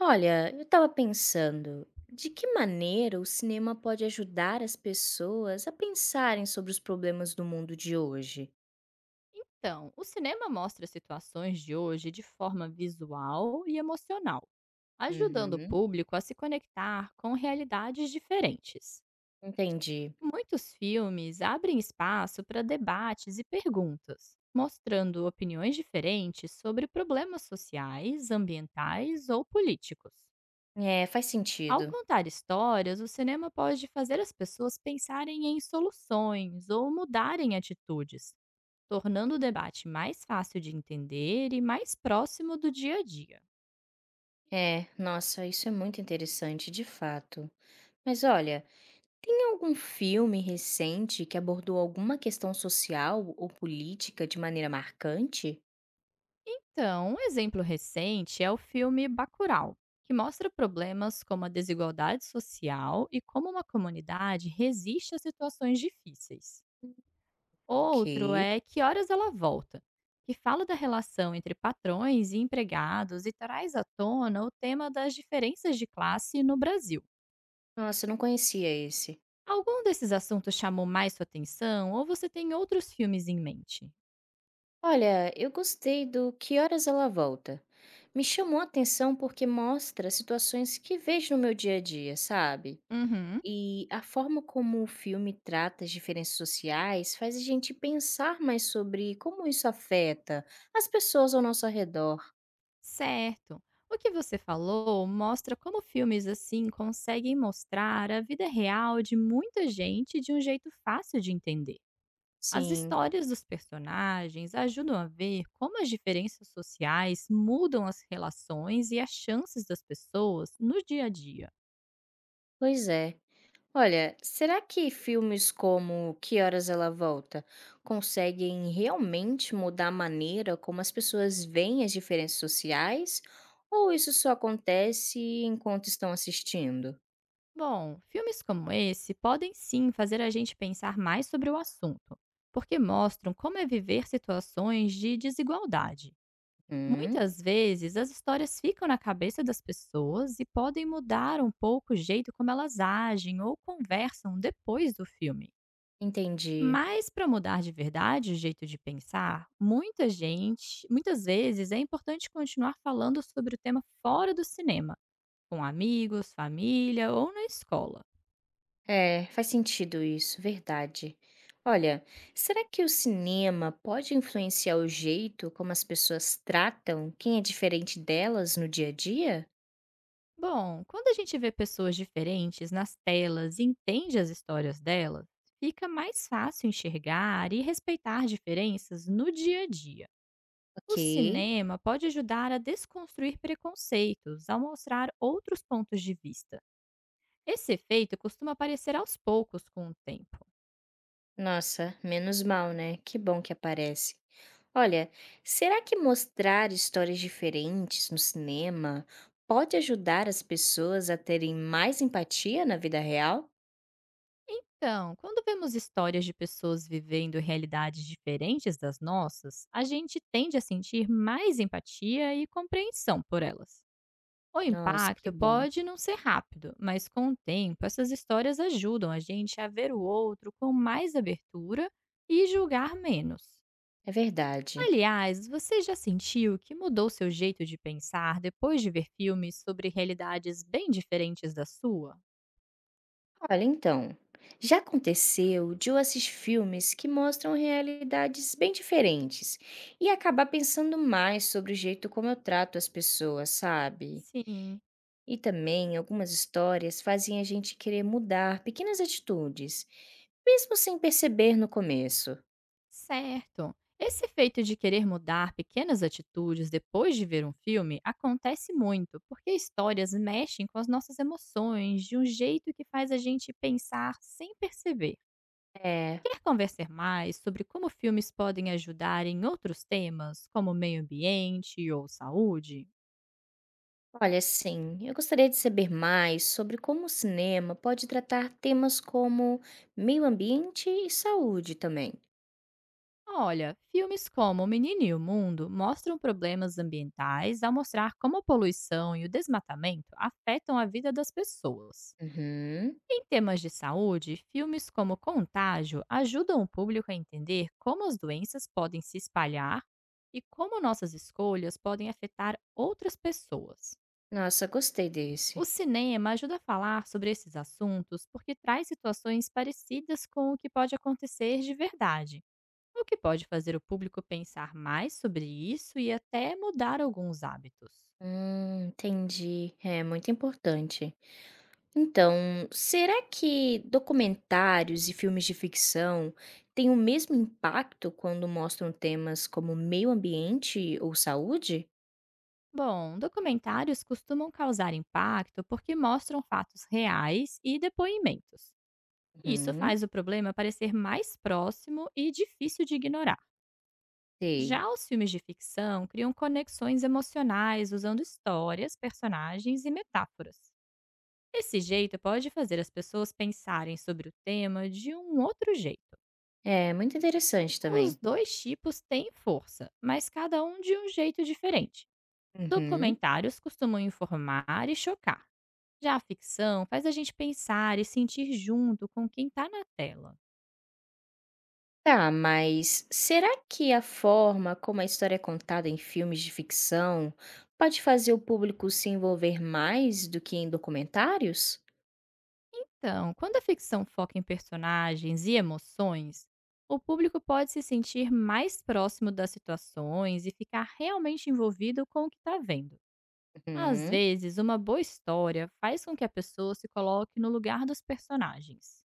Olha, eu estava pensando, de que maneira o cinema pode ajudar as pessoas a pensarem sobre os problemas do mundo de hoje? Então, o cinema mostra situações de hoje de forma visual e emocional, ajudando o Uhum, público a se conectar com realidades diferentes. entendi. Muitos filmes abrem espaço para debates e perguntas, mostrando opiniões diferentes sobre problemas sociais, ambientais ou políticos. É, faz Ao sentido. contar histórias, o cinema pode fazer as pessoas pensarem em soluções ou mudarem atitudes, tornando o debate mais fácil de entender e mais próximo do dia a dia. É, nossa, isso é muito interessante, de fato. Mas olha, tem algum filme recente que abordou alguma questão social ou política de maneira marcante? Então, um exemplo recente é o filme Bacurau, que mostra problemas como a desigualdade social e como uma comunidade resiste a situações difíceis. Outro Ok. é Que Horas Ela Volta, que fala da relação entre patrões e empregados e traz à tona o tema das diferenças de classe no Brasil. Nossa, eu não conhecia esse. Algum desses assuntos chamou mais sua atenção ou você tem outros filmes em mente? Olha, eu gostei do Que Horas Ela Volta. Me chamou a atenção porque mostra situações que vejo no meu dia a dia, sabe? Uhum. E a forma como o filme trata as diferenças sociais faz a gente pensar mais sobre como isso afeta as pessoas ao nosso redor. Certo. O que você falou mostra como filmes assim conseguem mostrar a vida real de muita gente de um jeito fácil de entender. As Sim, histórias dos personagens ajudam a ver como as diferenças sociais mudam as relações e as chances das pessoas no dia a dia. pois é. Olha, será que filmes como Que Horas Ela Volta conseguem realmente mudar a maneira como as pessoas veem as diferenças sociais? Ou isso só acontece enquanto estão assistindo? Bom, filmes como esse podem sim fazer a gente pensar mais sobre o assunto, porque mostram como é viver situações de desigualdade. Hum, Muitas vezes, as histórias ficam na cabeça das pessoas e podem mudar um pouco o jeito como elas agem ou conversam depois do filme. entendi. Mas para mudar de verdade o jeito de pensar, muita gente, muitas vezes é importante continuar falando sobre o tema fora do cinema, com amigos, família ou na escola. É, faz sentido isso, verdade. Olha, será que o cinema pode influenciar o jeito como as pessoas tratam quem é diferente delas no dia a dia? Bom, quando a gente vê pessoas diferentes nas telas e entende as histórias delas, fica mais fácil enxergar e respeitar diferenças no dia a dia. Ok. O cinema pode ajudar a desconstruir preconceitos ao mostrar outros pontos de vista. Esse efeito costuma aparecer aos poucos com o tempo. Nossa, menos mal, né? Que bom que aparece. Olha, será que mostrar histórias diferentes no cinema pode ajudar as pessoas a terem mais empatia na vida real? Então, quando vemos histórias de pessoas vivendo realidades diferentes das nossas, a gente tende a sentir mais empatia e compreensão por elas. O Nossa, que impacto bom. pode não ser rápido, mas com o tempo essas histórias ajudam a gente a ver o outro com mais abertura e julgar menos. É verdade. Aliás, você já sentiu que mudou seu jeito de pensar depois de ver filmes sobre realidades bem diferentes da sua? Olha, então, já aconteceu de eu assistir filmes que mostram realidades bem diferentes e acabar pensando mais sobre o jeito como eu trato as pessoas, sabe? Sim. E também algumas histórias fazem a gente querer mudar pequenas atitudes, mesmo sem perceber no começo. Certo. Esse efeito de querer mudar pequenas atitudes depois de ver um filme acontece muito, porque histórias mexem com as nossas emoções de um jeito que faz a gente pensar sem perceber. É, Quer conversar mais sobre como filmes podem ajudar em outros temas, como meio ambiente ou saúde? olha, sim, eu gostaria de saber mais sobre como o cinema pode tratar temas como meio ambiente e saúde também. Olha, filmes como O Menino e o Mundo mostram problemas ambientais ao mostrar como a poluição e o desmatamento afetam a vida das pessoas. Uhum. Em temas de saúde, filmes como Contágio ajudam o público a entender como as doenças podem se espalhar e como nossas escolhas podem afetar outras pessoas. Nossa, gostei O desse. cinema ajuda a falar sobre esses assuntos porque traz situações parecidas com o que pode acontecer de verdade, o que pode fazer o público pensar mais sobre isso e até mudar alguns hábitos. Entendi. É muito importante. Então, será que documentários e filmes de ficção têm o mesmo impacto quando mostram temas como meio ambiente ou saúde? Bom, documentários costumam causar impacto porque mostram fatos reais e depoimentos. Isso Uhum, faz o problema parecer mais próximo e difícil de ignorar. sei. Já os filmes de ficção criam conexões emocionais usando histórias, personagens e metáforas. Esse jeito pode fazer as pessoas pensarem sobre o tema de um outro jeito. É muito interessante também. Os dois tipos têm força, mas cada um de um jeito diferente. Uhum. Documentários costumam informar e chocar. Já a ficção faz a gente pensar e sentir junto com quem está na tela. Tá, mas será que a forma como a história é contada em filmes de ficção pode fazer o público se envolver mais do que em documentários? Então, quando a ficção foca em personagens e emoções, o público pode se sentir mais próximo das situações e ficar realmente envolvido com o que está vendo. Às Uhum. vezes, uma boa história faz com que a pessoa se coloque no lugar dos personagens.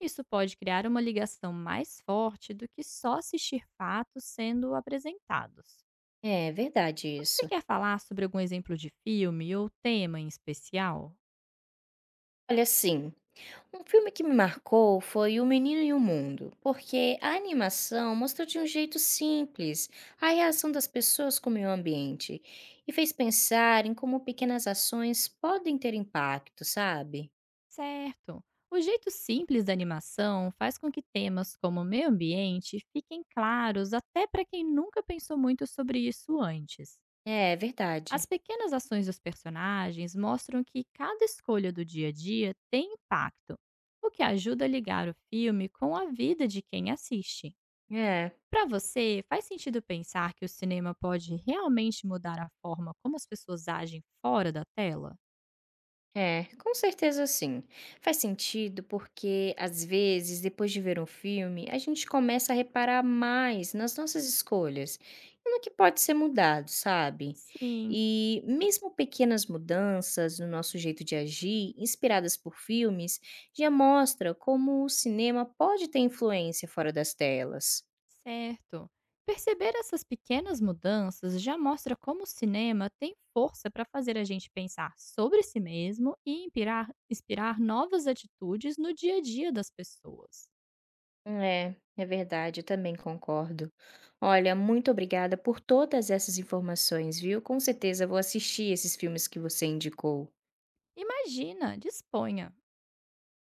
Isso pode criar uma ligação mais forte do que só assistir fatos sendo apresentados. É verdade Você isso. quer falar sobre algum exemplo de filme ou tema em especial? Olha, sim. Um filme que me marcou foi O Menino e o Mundo, porque a animação mostrou de um jeito simples a reação das pessoas com o meio ambiente e fez pensar em como pequenas ações podem ter impacto, sabe? Certo. O jeito simples da animação faz com que temas como meio ambiente fiquem claros até para quem nunca pensou muito sobre isso antes. É As verdade. pequenas ações dos personagens mostram que cada escolha do dia a dia tem impacto, o que ajuda a ligar o filme com a vida de quem assiste. É. Para você, faz sentido pensar que o cinema pode realmente mudar a forma como as pessoas agem fora da tela? É, com certeza sim. Faz sentido porque, às vezes, depois de ver um filme, a gente começa a reparar mais nas nossas escolhas e no que pode ser mudado, sabe? Sim. E mesmo pequenas mudanças no nosso jeito de agir, inspiradas por filmes, já mostra como o cinema pode ter influência fora das telas. Certo. Perceber essas pequenas mudanças já mostra como o cinema tem força para fazer a gente pensar sobre si mesmo e inspirar novas atitudes no dia a dia das pessoas. É, é verdade, eu também concordo. Olha, muito obrigada por todas essas informações, viu? Com certeza vou assistir esses filmes que você indicou. Imagina, disponha.